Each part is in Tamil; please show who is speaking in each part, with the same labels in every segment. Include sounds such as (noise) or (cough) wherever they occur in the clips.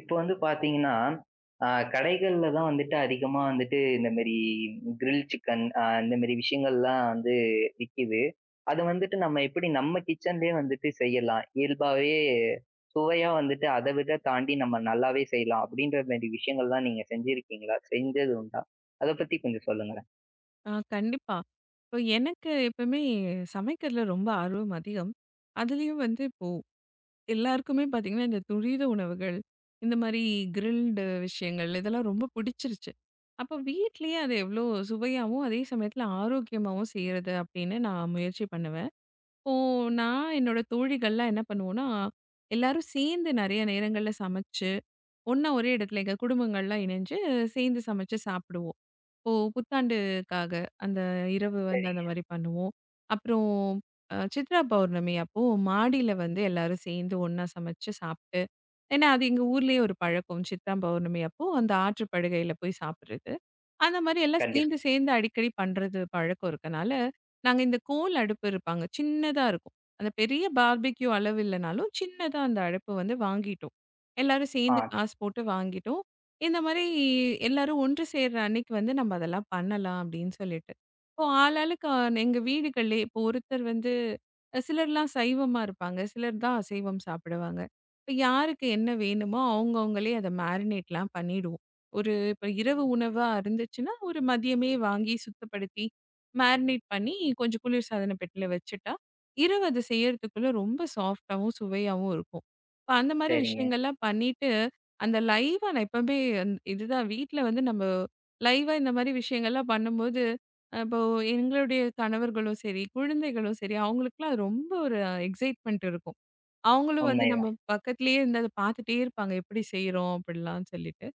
Speaker 1: இப்ப வந்து பார்த்தீங்கன்னா, அ கடைகள்ல தான் வந்துட்டு அதிகமா வந்துட்டு இந்த மாரி கிரில் சிக்கன் இந்த மாரி விஷயங்கள்லாம் வந்து விக்கிது. அத வந்துட்டு நம்ம எப்படி நம்ம கிச்சன்லயே வந்துட்டு செய்யலாம். இயல்பாவே சுவையா வந்துட்டு அத விட தாண்டி நம்ம நல்லாவே செய்யலாம் அப்படின்ற மாரி விஷயங்கள்லாம் நீங்க செஞ்சிருக்கீங்களா? செஞ்சது உண்டா? அத பத்தி கொஞ்சம் சொல்லுங்களேன்.
Speaker 2: ஆ கண்டிப்பா. இப்போ எனக்கு எப்பவுமே சமைக்கிறதுல ரொம்ப ஆர்வம் அதிகம். அதுலயும் வந்து இப்போ எல்லாருக்குமே பார்த்தீங்கன்னா, இந்த துரித உணவுகள், இந்த மாரி கிரில்டு விஷயங்கள் இதெல்லாம் ரொம்ப பிடிச்சிருச்சு. அப்போ வீட்லயே அது எவ்வளோ சுவையாவும், அதே சமயத்துல ஆரோக்கியமாவும் செய்றது அப்படின்னு நான் முயற்சி பண்ணுவேன். இப்போ நான் என்னோட தோழிகள்லாம் என்ன பண்ணுவோம்னா, எல்லாரும் சேர்ந்து நெறைய நேரங்கள்ல சமைச்சு, ஒண்ணா ஒரே இடத்துல எங்க குடும்பங்கள்லாம் இணைஞ்சு சேர்ந்து சமைச்சு சாப்பிடுவோம். ஓ! புத்தாண்டுக்காக அந்த இரவு வந்து அந்த
Speaker 1: சரிங்க.
Speaker 2: மாரி பண்ணுவோம். அப்புறம் சித்ரா பௌர்ணமி அப்போ மாடியில வந்து எல்லாரும் சேர்ந்து ஒண்ணா சமைச்சு சாப்ட்டு, ஏன்னா அது எங்க ஊர்லயே ஒரு பழக்கம். சித்ரா பௌர்ணமி அப்போ அந்த ஆற்று படுகையில போய் சாப்பிடுறது. அந்த மாரி எல்லாம்
Speaker 1: கண்டிப்பா.
Speaker 2: சேர்ந்து சேர்ந்து அடிக்கடி பண்றது பழக்கம் இருக்கனால, நாங்க இந்த கோல் அடுப்பு இருப்பாங்க. சின்னதா இருக்கும். அந்த பெரிய பார்பிக்யூ அளவு இல்லனாலும், சின்னதா அந்த அடுப்பு வந்து வாங்கிட்டோம். எல்லாரும்
Speaker 1: ஆ.
Speaker 2: சேர்ந்து காசு போட்டு வாங்கிட்டோம். இந்த மாரி எல்லாரும் ஒன்று சேர்ற அன்னைக்கு வந்து நம்ம அதெல்லாம் பண்ணலாம் அப்படின்னு சொல்லிட்டு. இப்போ ஆளாளுக்கு எங்க வீடுகள்லயே இப்போ ஒருத்தர் வந்து சிலர்லாம் சைவமா இருப்பாங்க. சிலர் தான் அசைவம் சாப்பிடுவாங்க. இப்ப யாருக்கு என்ன வேணுமோ அவங்கவங்களே அத மேரினேட்லாம் பண்ணிடுவோம். ஒரு இப்ப இரவு உணவா இருந்துச்சுன்னா, ஒரு மதியமே வாங்கி சுத்தப்படுத்தி, மேரினேட் பண்ணி கொஞ்சம் குளிர்சாதன பெட்டியில வச்சுட்டா, இரவு அது செய்யறதுக்குள்ள ரொம்ப சாஃப்ட்டாவும், சுவையாவும் இருக்கும். இப்ப அந்த மாரி
Speaker 1: சரிங்க.
Speaker 2: விஷயங்கள்லாம் பண்ணிட்டு அந்த லைவா நான் எப்பவுமே இதுதான் வீட்ல வந்து நம்ம லைவா இந்த மாரி விஷயங்கள்லாம் பண்ணும்போது, இப்போ எங்களுடைய கணவர்களும் சரி, குழந்தைகளும் சரி, அவங்களுக்குலாம் அது ரொம்ப ஒரு எக்ஸைட்மென்ட் இருக்கும். அவங்களும் வந்து நம்ம
Speaker 1: உண்மைதான்.
Speaker 2: பக்கத்திலேயே இருந்து அத பார்த்துட்டே இருப்பாங்க. எப்படி செய்றோம் அப்படிலாம் சொல்லிட்டு.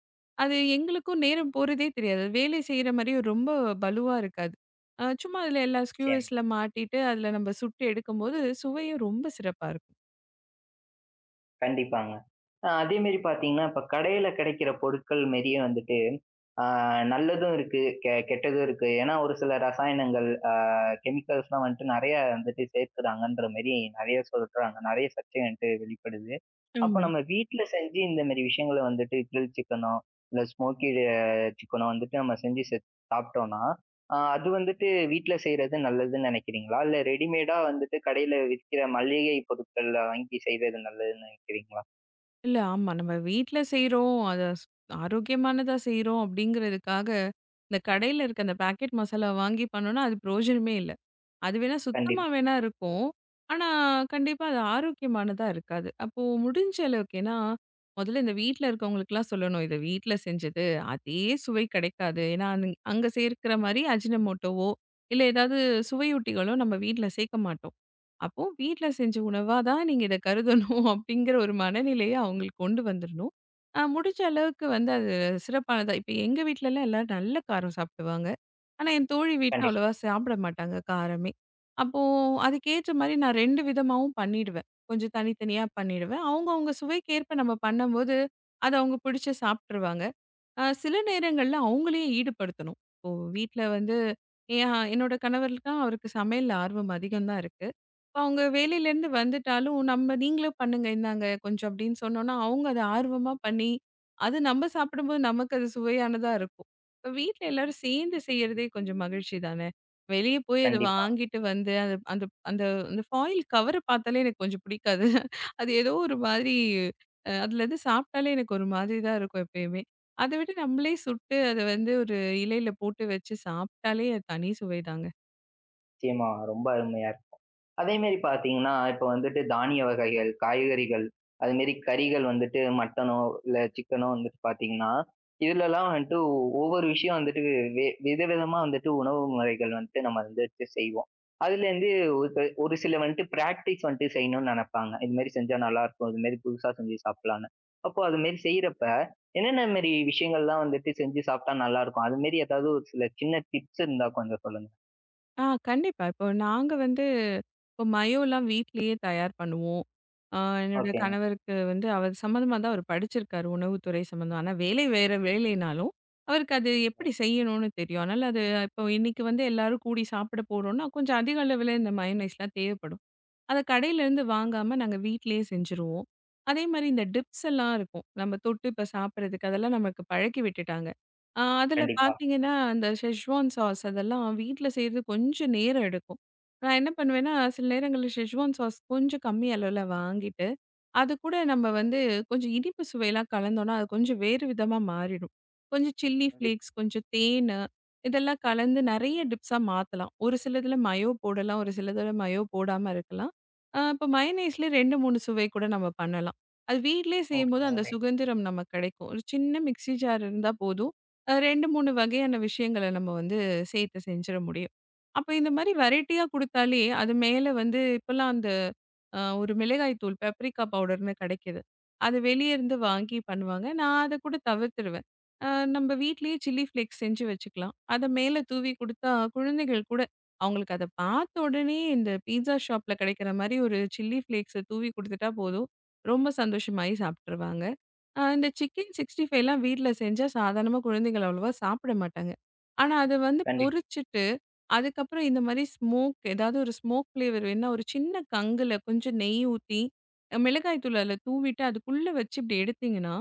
Speaker 2: அது எங்களுக்கும் நேரம் போறதே தெரியாது. அது வேலை செய்ற மாரி ரொம்ப பலுவா இருக்காது. சும்மா அதுல எல்லா
Speaker 1: நிச்சயமா.
Speaker 2: ஸ்க்யூஸ்ல மாட்டிட்டு, அதுல நம்ம சுட்டு எடுக்கும்போது சுவையும் ரொம்ப சிறப்பா
Speaker 1: கண்டிப்பாங்க. அதே மாரி பார்த்தீங்கன்னா, இப்ப கடையில கிடைக்கிற பொருட்கள் மாரியே வந்துட்டு நல்லதும் இருக்கு கெட்டதும் இருக்கு. ஏன்னா ஒரு சில ரசாயனங்கள் chemicals லாம் வந்துட்டு நிறைய வந்துட்டு சேர்க்கிறாங்கன்ற மாதிரி நிறைய சொல்றாங்க, நிறைய சர்ச்சை வந்துட்டு வெளிப்படுது. அப்போ
Speaker 2: இருக்கும்.
Speaker 1: நம்ம வீட்டுல செஞ்சு இந்த மாதிரி விஷயங்களை வந்துட்டு கிரில் சிக்கனோ இல்ல ஸ்மோக்கி சிக்கனோ வந்துட்டு நம்ம செஞ்சு சாப்பிட்டோம்னா அது வந்துட்டு வீட்டுல செய்யறது நல்லதுன்னு நினைக்கிறீங்களா, இல்ல ரெடிமேடா வந்துட்டு கடையில விற்கிற மளிகை பொருட்கள்ல வாங்கி செய்யறது நல்லதுன்னு நினைக்கிறீங்களா?
Speaker 2: இல்ல. ஆமா. நம்ம வீட்ல செய்றோம். அத ஸ் ஆரோக்கியமானதா செய்றோம் அப்படிங்கிறதுக்காக, இந்த கடையில இருக்க அந்த பாக்கெட் மசாலா வாங்கி பண்ணோம்னா, அது பிரயோஜனமே இல்ல. அது வேணா சுத்தமா
Speaker 1: கண்டிப்பா.
Speaker 2: வேணா இருக்கும். ஆனா, கண்டிப்பா அது ஆரோக்கியமானதா இருக்காது. அப்போ முடிஞ்ச அளவுக்கு ஏன்னா, முதல்ல இந்த வீட்ல இருக்கவங்களுக்குலாம் சொல்லணும். "இத வீட்ல செஞ்சது, அதே சுவை கிடைக்காது." ஏன்னா, அங்க சேர்க்கிற மாரி அஜினமோட்டோவோ, இல்ல ஏதாவது சுவையூட்டிகளோ நம்ம வீட்ல சேர்க்க மாட்டோம். அப்போ வீட்ல செஞ்ச உணவா தான் நீங்க இத கருதணும் (laughs) அப்படிங்கிற ஒரு மனநிலைய அவங்களுக்கு கொண்டு வந்துரணும். முடிஞ்ச அளவுக்கு வந்து அது சிறப்பானதா இப்ப எங்க வீட்லலாம் எல்லாரும் நல்ல காரம் சாப்பிடுவாங்க. ஆனா, என் தோழி வீட்ல
Speaker 1: கண்டிப்பா.
Speaker 2: அவ்வளவா சாப்பிட மாட்டாங்க காரமே. அப்போ அதுக்கேற்ற மாரி நான் 2 விதமாவும் பண்ணிடுவேன். கொஞ்சம் தனித்தனியா பண்ணிடுவேன். அவங்கவங்க சுவைக்கேற்ப நம்ம பண்ணும்போது, அது அவங்க பிடிச்சு சாப்ட்டுருவாங்க. சில நேரங்கள்ல அவங்களையும் ஈடுபடுத்தணும். இப்போ வீட்ல வந்து என்னோட கணவருக்கா அவருக்கு சமையல்ல ஆர்வம் அதிகம் தான் இருக்கு. அவங்க வேலையிலேருந்து வந்துட்டாலும், நம்ம "நீங்களும் பண்ணுங்க, இந்தாங்க கொஞ்சம்" அப்படின்னு சொன்னோம்னா, அவங்க அத ஆர்வமா பண்ணி, அது நம்ம சாப்பிடும்போது நமக்கு அது சுவையானதா இருக்கும். இப்ப வீட்ல எல்லாரும் சேர்ந்து செய்யறதே கொஞ்சம் மகிழ்ச்சி தானே! வெளிய போய் அத
Speaker 1: கண்டிப்பா.
Speaker 2: வாங்கிட்டு வந்து, அது அந்த அந்த அந்த ஃபாயில் கவர பார்த்தாலே எனக்கு கொஞ்சம் பிடிக்காது. அது ஏதோ ஒரு மாதிரி அதுலேருந்து சாப்பிட்டாலே எனக்கு ஒரு மாதிரி தான் இருக்கும் எப்பயுமே. அத விட நம்மளே சுட்டு, அத வந்து ஒரு இலையில போட்டு வச்சு சாப்பிட்டாலே அது தனி சுவைதாங்க.
Speaker 1: நிச்சயமா. ரொம்ப அருமையா இருக்கும். அதே மாரி பார்த்தீங்கன்னா, இப்ப வந்துட்டு தானிய வகைகள், காய்கறிகள், அது மாரி கறிகள் வந்துட்டு மட்டனோ இல்ல சிக்கனோ வந்துட்டு பார்த்தீங்கன்னா, இதுலலாம் வந்துட்டு ஒவ்வொரு விஷயம் வந்துட்டு விதவிதமா வந்துட்டு உணவு முறைகள் வந்துட்டு நம்ம வந்துட்டு செய்வோம். அதுலேருந்து ஒரு சில வந்துட்டு பிராக்டிஸ் வந்துட்டு செய்யணும்னு நெனைப்பாங்க. இது மாரி செஞ்சா நல்லாயிருக்கும். இது மாரி புதுசா செஞ்சு சாப்பிடலாம்ன்னு. அப்போ அது மாரி செய்றப்ப, என்னென்ன மாரி விஷயங்கள்லாம் வந்துட்டு செஞ்சு சாப்பிட்டா நல்லாயிருக்கும்? அது மாரி ஏதாவது ஒரு சில சின்ன டிப்ஸ் இருந்தா கொஞ்சம் சொல்லுங்க.
Speaker 2: ஆ கண்டிப்பா. இப்போ நாங்க வந்து இப்போ மயோலாம் வீட்லயே தயார் பண்ணுவோம். ஆ என்னோட
Speaker 1: ஓகேங்க.
Speaker 2: கணவருக்கு வந்து அவர் சம்மந்தமா தான் அவர் படிச்சிருக்காரு, உணவுத்துறை சம்மந்தமா. ஆனா வேலை வேற வேலைனாலும், அவருக்கு அது எப்படி செய்யணும்னு தெரியும். அதனால அது இப்போ இன்னைக்கு வந்து எல்லாரும் கூடி சாப்பிட போறோம்னா, கொஞ்சம் அதிக அளவுல இந்த மயோனைஸ்லாம் தேவைப்படும். அத கடையிலேருந்து வாங்காம நாங்க வீட்டிலேயே செஞ்சுருவோம். அதே மாரி இந்த டிப்ஸ் எல்லாம் இருக்கும். நம்ம தொட்டு இப்ப சாப்பிடுறதுக்கு அதெல்லாம் நமக்கு பழக்கி விட்டுட்டாங்க. அதில
Speaker 1: கண்டிப்பா,
Speaker 2: பார்த்தீங்கன்னா, அந்த ஷெஸ்வான் சாஸ் அதெல்லாம் வீட்ல செய்றது கொஞ்சம் நேரம் எடுக்கும். நான் என்ன பண்ணுவேன்னா, சில நேரங்கள்ல ஷெஸ்வான் சாஸ் கொஞ்சம் கம்மி அளவுல வாங்கிட்டு, அது கூட நம்ம வந்து கொஞ்சம் இனிப்பு சுவையெல்லாம் கலந்தோம்னா, அது கொஞ்சம் வேறு விதமா மாறிடும். கொஞ்சம் சில்லி
Speaker 1: கண்டிப்பா.
Speaker 2: ஃப்ளேக்ஸ், கொஞ்சம் தேனு இதெல்லாம் கலந்து நெறைய டிப்ஸா மாத்தலாம். ஒரு சிலதில மயோ போடலாம், ஒரு சிலதில மயோ போடாம இருக்கலாம். இப்ப மயனீஸ்லயே 2, 3 சுவை கூட நம்ம பண்ணலாம். அது வீட்லயே
Speaker 1: ஓ!
Speaker 2: செய்யும்போது அந்த
Speaker 1: பரவாயில்லைங்க.
Speaker 2: சுகந்திரம் நமக்கு கிடைக்கும். ஒரு சின்ன மிக்ஸி ஜார் இருந்தா போதும். 2, 3 வகையான விஷயங்கள நம்ம வந்து சேர்த்து செஞ்சிட முடியும். அப்ப இந்த மாரி வெரைட்டியா குடுத்தாலே, அது மேல வந்து இப்பலாம் அந்த ஒரு மிளகாய் தூள் பெப்ரிகா பவுடர்ன்னு கிடைக்குது. அது வெளிய இருந்து வாங்கி பண்ணுவாங்க. நான் அத கூட தவிர்த்துருவேன். அ நம்ம வீட்லயே சில்லி ஃப்ளேக்ஸ் செஞ்சு வச்சுக்கலாம். அத மேல தூவி குடுத்தா குழந்தைகள் கூட அவங்களுக்கு அத பார்த்த உடனே இந்த பீட்ஸா ஷாப்ல கிடைக்கிற மாரி ஒரு சில்லி ஃப்ளேக்ஸ தூவி குடுத்துட்டா போதும். ரொம்ப சந்தோஷமாயி சாப்ட்டுருவாங்க. இந்த சிக்கன் 65 எல்லாம் வீட்ல செஞ்சா சாதாரணமா குழந்தைகள் அவ்வளவா சாப்பிட மாட்டாங்க. ஆனா, அத வந்து
Speaker 1: கண்டிப்பா.
Speaker 2: பொரிச்சுட்டு அதுக்கப்புறம் இந்த மாரி ஸ்மோக் ஏதாவது ஒரு ஸ்மோக் ஃப்ளேவர் வேணுனா ஒரு சின்ன கங்குல கொஞ்சம் நெய் ஊத்தி, மிளகாய் தூள் அதில தூவிட்டு அதுக்குள்ள வச்சு இப்படி எடுத்தீங்கன்னா,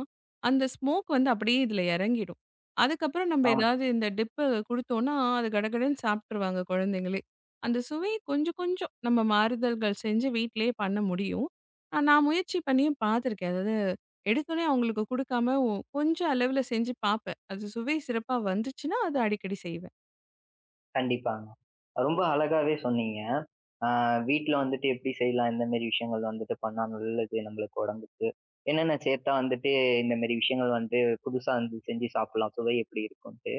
Speaker 2: அந்த ஸ்மோக் வந்து அப்படியே இதில இறங்கிடும். அதுக்கப்புறம் நம்ம
Speaker 1: ஆமா.
Speaker 2: ஏதாவது இந்த டிப்ப குடுத்தோம்னா, அது கடகடன்னு சாப்பிட்டுருவாங்க குழந்தைங்களே. அந்த சுவை கொஞ்சம் கொஞ்சம் நம்ம மாறுதல்கள் செஞ்சு வீட்டிலேயே பண்ண முடியும். நான் முயற்சி பண்ணியும் பார்த்துருக்கேன். அதாவது எடுத்தோனே அவங்களுக்கு குடுக்காம கொஞ்சம் அளவில செஞ்சு பார்ப்பேன். அது சுவை சிறப்பா வந்துச்சுன்னா, அது அடிக்கடி செய்வேன்.
Speaker 1: கண்டிப்பாங்க. ரொம்ப அழகாவே சொன்னீங்க. ஆ. வீட்ல வந்துட்டு எப்படி செய்யலாம்? எந்த மாரி விஷயங்கள் வந்துட்டு பண்ணா நல்லது நம்மளுக்கு உடம்புக்கு? என்னென்ன சேர்த்தா வந்துட்டு இந்த மாரி விஷயங்கள் வந்து புதுசா வந்து செஞ்சு சாப்பிடலாம்? சுவை எப்படி இருக்கும்ன்ட்டு.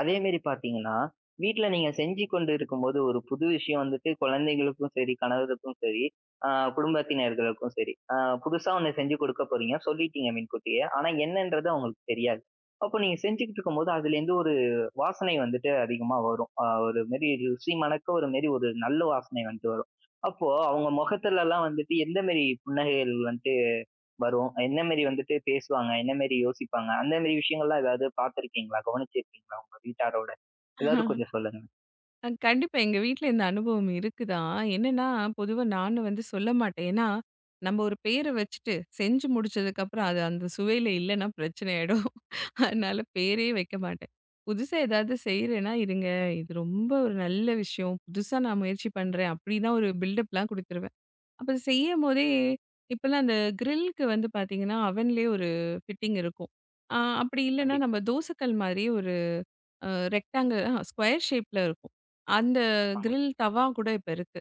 Speaker 1: அதே மாரி பார்த்தீங்கன்னா, வீட்ல நீங்க செஞ்சு கொண்டு இருக்கும்போது ஒரு புது விஷயம் வந்துட்டு குழந்தைகளுக்கும் சரி, கணவருக்கும் சரி, ஆ குடும்பத்தினர்களுக்கும் சரி, புதுசா ஒண்ணு செஞ்சு கொடுக்க போறீங்க. சொல்லிட்டீங்க முன்கூட்டியே. ஆனா என்னன்றது அவங்களுக்கு தெரியாது. அப்போ நீங்க செஞ்சுகிட்டு இருக்கும்போது அதுலேருந்து வாசனை வந்துட்டு அதிகமா வரும். ஒரு மாரி ருசி மணக்க ஒரு மாரி ஒரு நல்ல வாசனை வந்துட்டு வரும். அப்போ அவங்க முகத்துலலாம் வந்துட்டு எந்த மாரி புன்னகைகள் வந்துட்டு வரும்? என்ன மாரி வந்துட்டு பேசுவாங்க? என்ன மாரி யோசிப்பாங்க? அந்த மாரி விஷயங்கள்லாம் ஏதாவது பார்த்திருக்கீங்களா? கவனிச்சிருக்கீங்களா உங்க வீட்டாரோட? ஏதாவது கொஞ்சம் சொல்லுங்க.
Speaker 2: கண்டிப்பா. எங்க வீட்ல இந்த அனுபவம் இருக்கு தான். என்னன்னா, பொதுவா நானும் வந்து சொல்ல மாட்டேன். ஏன்னா, நம்ம ஒரு பேர வச்சுட்டு, செஞ்சு முடிச்சதுக்கப்புறம் அது அந்த சுவையில இல்லன்னா பிரச்சனை ஆயிடும். (laughs) அதனால பேரே வைக்க மாட்டேன். புதுசா ஏதாவது செய்றேன்னா, "இருங்க, இது ரொம்ப ஒரு நல்ல விஷயம். புதுசா நான் முயற்சி பண்றேன்." அப்படிதான் ஒரு பில்டப்லாம் குடுத்துருவேன். அப்ப செய்யும்போதே இப்பலாம் அந்த கிரில்க்கு வந்து பார்த்தீங்கன்னா, அவன்லேயே ஒரு ஃபிட்டிங் இருக்கும். அப்படி இல்லன்னா,
Speaker 1: கண்டிப்பா.
Speaker 2: நம்ம தோசைக்கல் மாரியே ஒரு அ ரெக்டாங்கிள் ஸ்கொயர் ஷேப்ல இருக்கும். அந்த
Speaker 1: ஆமாங்க.
Speaker 2: கிரில் தவா கூட இப்ப இருக்கு.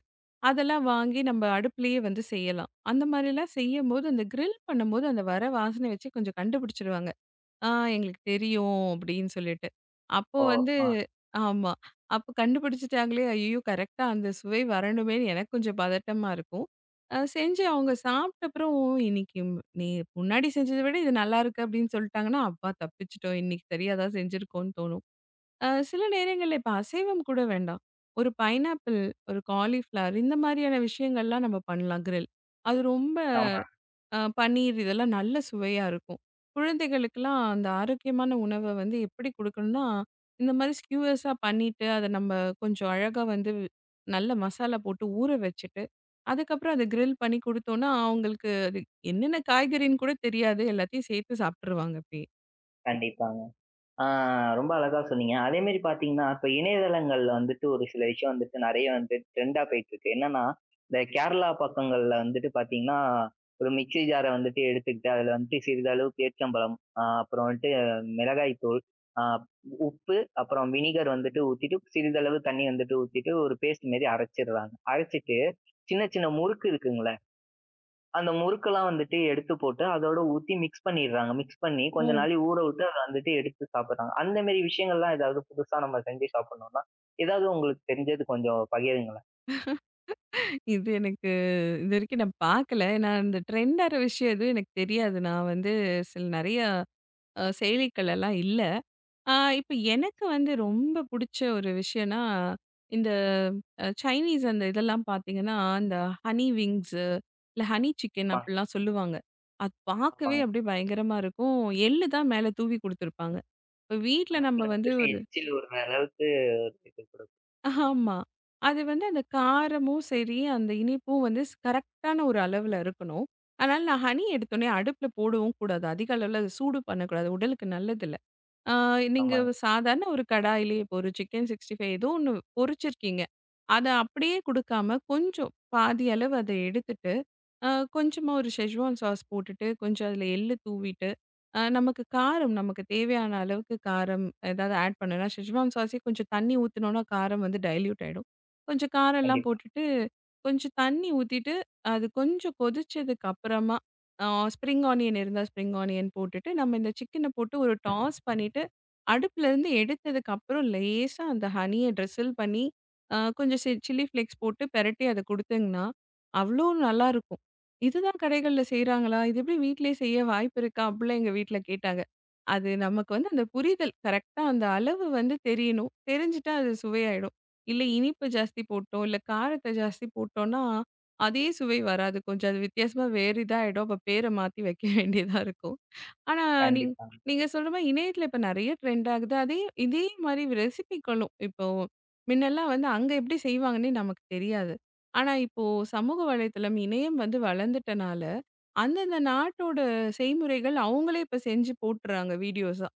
Speaker 2: அதெல்லாம் வாங்கி நம்ம அடுப்பிலேயே வந்து செய்யலாம். அந்த மாதிரிலாம் செய்யும்போது, அந்த கிரில் பண்ணும்போது அந்த வர வாசனை வச்சு கொஞ்சம் கண்டுபிடிச்சுடுவாங்க. ஆ எங்களுக்கு தெரியும் அப்படின்னு சொல்லிட்டு. அப்போ
Speaker 1: ஓ!
Speaker 2: வந்து
Speaker 1: ஆ.
Speaker 2: ஆமா. அப்ப கண்டுபிடிச்சுட்டாங்களே! ஐயயோ! கரெக்ட்டா அந்த சுவை வரணுமேன்னு எனக்கு கொஞ்சம் பதட்டமா இருக்கும். செஞ்சு அவங்க சாப்பிட்ட அப்புறம் "ஓ, இன்னைக்கு நீ முன்னாடி செஞ்சத விட இது நல்லாயிருக்கு அப்படின்னு சொல்லிட்டாங்கன்னா, அப்பா தப்பிச்சுட்டோம். இன்னைக்கு சரியா தான் செஞ்சிருக்கோம்ன்னு தோணும். சில நேரங்கள்ல இப்ப அசைவம் கூட வேண்டாம். ஒரு பைனாப்பிள், ஒரு காலிஃப்ளவர் இந்த மாதிரியான விஷயங்கள்லாம் நம்ம பண்ணலாம் கிரில். அது ரொம்ப
Speaker 1: ஆமா.
Speaker 2: பன்னீர் இதெல்லாம் நல்ல சுவையா இருக்கும். குழந்தைகளுக்கெல்லாம் அந்த ஆரோக்கியமான உணவ வந்து எப்படி குடுக்கணும்னா, இந்த மாதிரி ஸ்க்யூவர்ஸா பண்ணிட்டு, அத நம்ம கொஞ்சம் அழகா வந்து நல்ல மசாலா போட்டு ஊற வச்சுட்டு, அதுக்கப்புறம் அத கிரில் பண்ணி குடுத்தோம்னா, அவங்களுக்கு அது என்னென்ன காய்கறின்னு கூட தெரியாது. எல்லாத்தையும் சேர்த்து சாப்ட்டுருவாங்க அப்பயே.
Speaker 1: கண்டிப்பா. ஆ, ரொம்ப அழகா சொன்னீங்க. அதே மாரி பார்த்தீங்கன்னா, இப்ப இணையதளங்கள்ல வந்துட்டு ஒரு சில விஷயம் வந்துட்டு நெறைய வந்து ட்ரெண்டா போயிட்டு இருக்கு. என்னன்னா, இந்த கேரளா பக்கங்கள்ல வந்துட்டு பார்த்தீங்கன்னா, ஒரு மிக்ஸி ஜார வந்துட்டு எடுத்துக்கிட்டு, அதுல வந்துட்டு சிறிதளவு பேரிச்சம்பழம், அப்புறம் வந்துட்டு மிளகாய் தூள், அ உப்பு, அப்புறம் வினிகர் வந்துட்டு ஊத்திட்டு, சிறிதளவு தண்ணி வந்துட்டு ஊத்திட்டு, ஒரு பேஸ்ட் மாரி அரைச்சிடுறாங்க. அரைச்சிட்டு, சின்ன சின்ன முறுக்கு இருக்குங்கல்ல, அந்த முறுக்கெல்லாம் வந்துட்டு எடுத்து போட்டு அதோட ஊத்தி மிக்ஸ் பண்ணிடுறாங்க. மிக்ஸ் பண்ணி கொஞ்ச நாழி ஊற விட்டு அத வந்துட்டு எடுத்து சாப்பிடுறாங்க. அந்த மாரி விஷயங்கள்லாம் ஏதாவது புதுசா நம்ம செஞ்சு சாப்பிடணும்னா, ஏதாவது உங்களுக்கு தெரிஞ்சது கொஞ்சம் பகிருங்களேன்.
Speaker 2: இது எனக்கு இதுவரைக்கும் நான் பார்க்கல. ஏன்னா, இந்த ட்ரெண்டாற விஷயம் எதுவும் எனக்கு தெரியாது. நான் வந்து சில நெறைய செயலிகள் எல்லாம் இல்ல. இப்ப எனக்கு வந்து ரொம்ப புடிச்ச ஒரு விஷயம்னா, இந்த சைனீஸ் அந்த இதெல்லாம் பார்த்தீங்கன்னா, இந்த ஹனி விங்ஸு, இல்ல ஹனி சிக்கன்
Speaker 1: ஆமாங்க,
Speaker 2: அப்டிலாம் சொல்லுவாங்க. அது பார்க்கவே
Speaker 1: ஆமாங்க.
Speaker 2: அப்டியே பயங்கரமா இருக்கும். எள்ளு தான் மேல தூவி குடுத்துருப்பாங்க. இப்ப வீட்ல நம்ம
Speaker 1: நாக்குல
Speaker 2: வந்து
Speaker 1: வந்துட்டு எச்சில் ஊறுற அளவுக்கு இது கொடுக்கும்.
Speaker 2: ஆமா. அது வந்து அந்த காரமும் சரி, அந்த இனிப்பும் வந்து கரெக்ட்டான ஒரு அளவுல இருக்கணும். அதனால நான் ஹனி எடுத்தோனே அடுப்புல போடவும் கூடாது. அதிக அளவுல அத சூடு பண்ணக்கூடாது. உடலுக்கு நல்லதில்ல. ஆ நீங்க
Speaker 1: ஆமாங்க.
Speaker 2: சாதாரண ஒரு கடாயிலே இப்போ ஒரு சிக்கன் 65 ஏதோ ஒண்ணு பொரிச்சிருக்கீங்க. அத அப்படியே குடுக்காம கொஞ்சம் பாதி அளவு அத எடுத்துட்டு, அ கொஞ்சமா ஒரு ஷெஸ்வான் சாஸ் போட்டுட்டு, கொஞ்சம் அதுல எள்ளு தூவிட்டு நமக்கு காரம் நமக்கு தேவையான அளவுக்கு காரம் ஏதாவது ஆட் பண்ணணும்னா, ஷெஸ்வான் சாஸே கொஞ்சம் தண்ணி ஊத்துனோம்னா காரம் வந்து டைல்யூட் ஆயிடும். கொஞ்சம் காரம்லாம்
Speaker 1: கண்டிப்பா,
Speaker 2: போட்டுட்டு, கொஞ்சம் தண்ணி ஊத்திட்டு, அது கொஞ்சம் கொதிச்சதுக்கு அப்புறமா அ ஸ்ப்ரிங் ஆனியன் இருந்தா ஸ்ப்ரிங் ஆனியன் போட்டுட்டு, நம்ம இந்த சிக்கன போட்டு ஒரு டாஸ் பண்ணிட்டு, அடுப்புலருந்து எடுத்ததுக்கு அப்புறம் லேசா அந்த ஹனிய ட்ரிசில் பண்ணி, கொஞ்சம் சில்லி ஃப்ளேக்ஸ் போட்டு பெரட்டி அத குடுத்தீங்கன்னா, அவ்ளோ நல்லாருக்கும். இதுதான் கடைகள்ல செய்றாங்களா? இது எப்படி வீட்லயே செய்ய வாய்ப்பு இருக்கா? அப்படிலாம் எங்க வீட்ல கேட்டாங்க. அது நமக்கு வந்து அந்த புரிதல் கரெக்ட்டா அந்த அளவு வந்து தெரியணும். தெரிஞ்சுட்டா அது சுவையாயிடும். இல்ல இனிப்பு ஜாஸ்தி போட்டோம், இல்ல காரத்த ஜாஸ்தி போட்டோம்னா, அதே சுவை வராது. கொஞ்சம் அது வித்தியாசமா வேறு இதாயிடும். அப்ப பேர மாத்தி வைக்க (laughs) வேண்டியதா இருக்கும். ஆனா, நீங்
Speaker 1: கண்டிப்பாங்க.
Speaker 2: நீங்க சொல்ற மாரி இணையத்துல இப்ப நெறைய ட்ரெண்ட் ஆகுது. அதே இதே மாரி ரெசிபிக்களும் இப்போ முன்னெல்லாம் வந்து அங்க எப்படி செய்வாங்கன்னே நமக்கு தெரியாது. ஆனா, இப்போ சமூக வலைத்தளம், இணையம் வந்து வளர்ந்துட்டனால, அந்தந்த நாட்டோட செய்முறைகள் அவங்களே இப்ப செஞ்சு போட்டுறாங்க வீடியோஸா.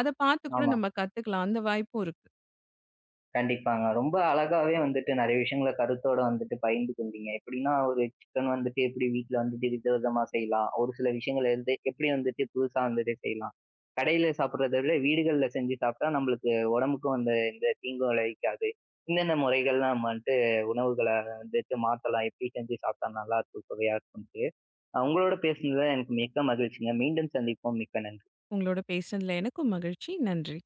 Speaker 2: அத பார்த்து கூட
Speaker 1: ஆமாங்க.
Speaker 2: நம்ம கத்துக்கலாம். அந்த வாய்ப்பும் இருக்கு.
Speaker 1: கண்டிப்பாங்க. ரொம்ப அழகாவே வந்துட்டு நெறைய விஷயங்கள கருத்தோட வந்துட்டு பகிர்ந்து கொண்டீங்க. எப்படின்னா ஒரு சிக்கன் வந்துட்டு எப்படி வீட்ல வந்துட்டு விதவிதமா செய்யலாம். ஒரு சில விஷயங்கள் வந்து எப்படி வந்துட்டு புதுசா வந்துட்டு செய்யலாம். கடையில சாப்பிடுறத விட வீடுகள்ல செஞ்சு சாப்பிட்டா நம்மளுக்கு உடம்புக்கும் அந்த எந்த தீங்கும் விளைவிக்காது. இந்தெந்த முறைகள்லாம் நம்ம வந்துட்டு உணவுகள வந்துட்டு மாத்தலாம். எப்படி செஞ்சு சாப்பிட்டா நல்லாருக்கும், சுவையா இருக்கும்ட்டு. உங்களோட பேசுனதுல எனக்கு மிக்க மகிழ்ச்சிங்க. மீண்டும் சந்திப்போம். மிக்க நன்றி.
Speaker 2: உங்களோட பேசுனதுல எனக்கும் மகிழ்ச்சி. நன்றி.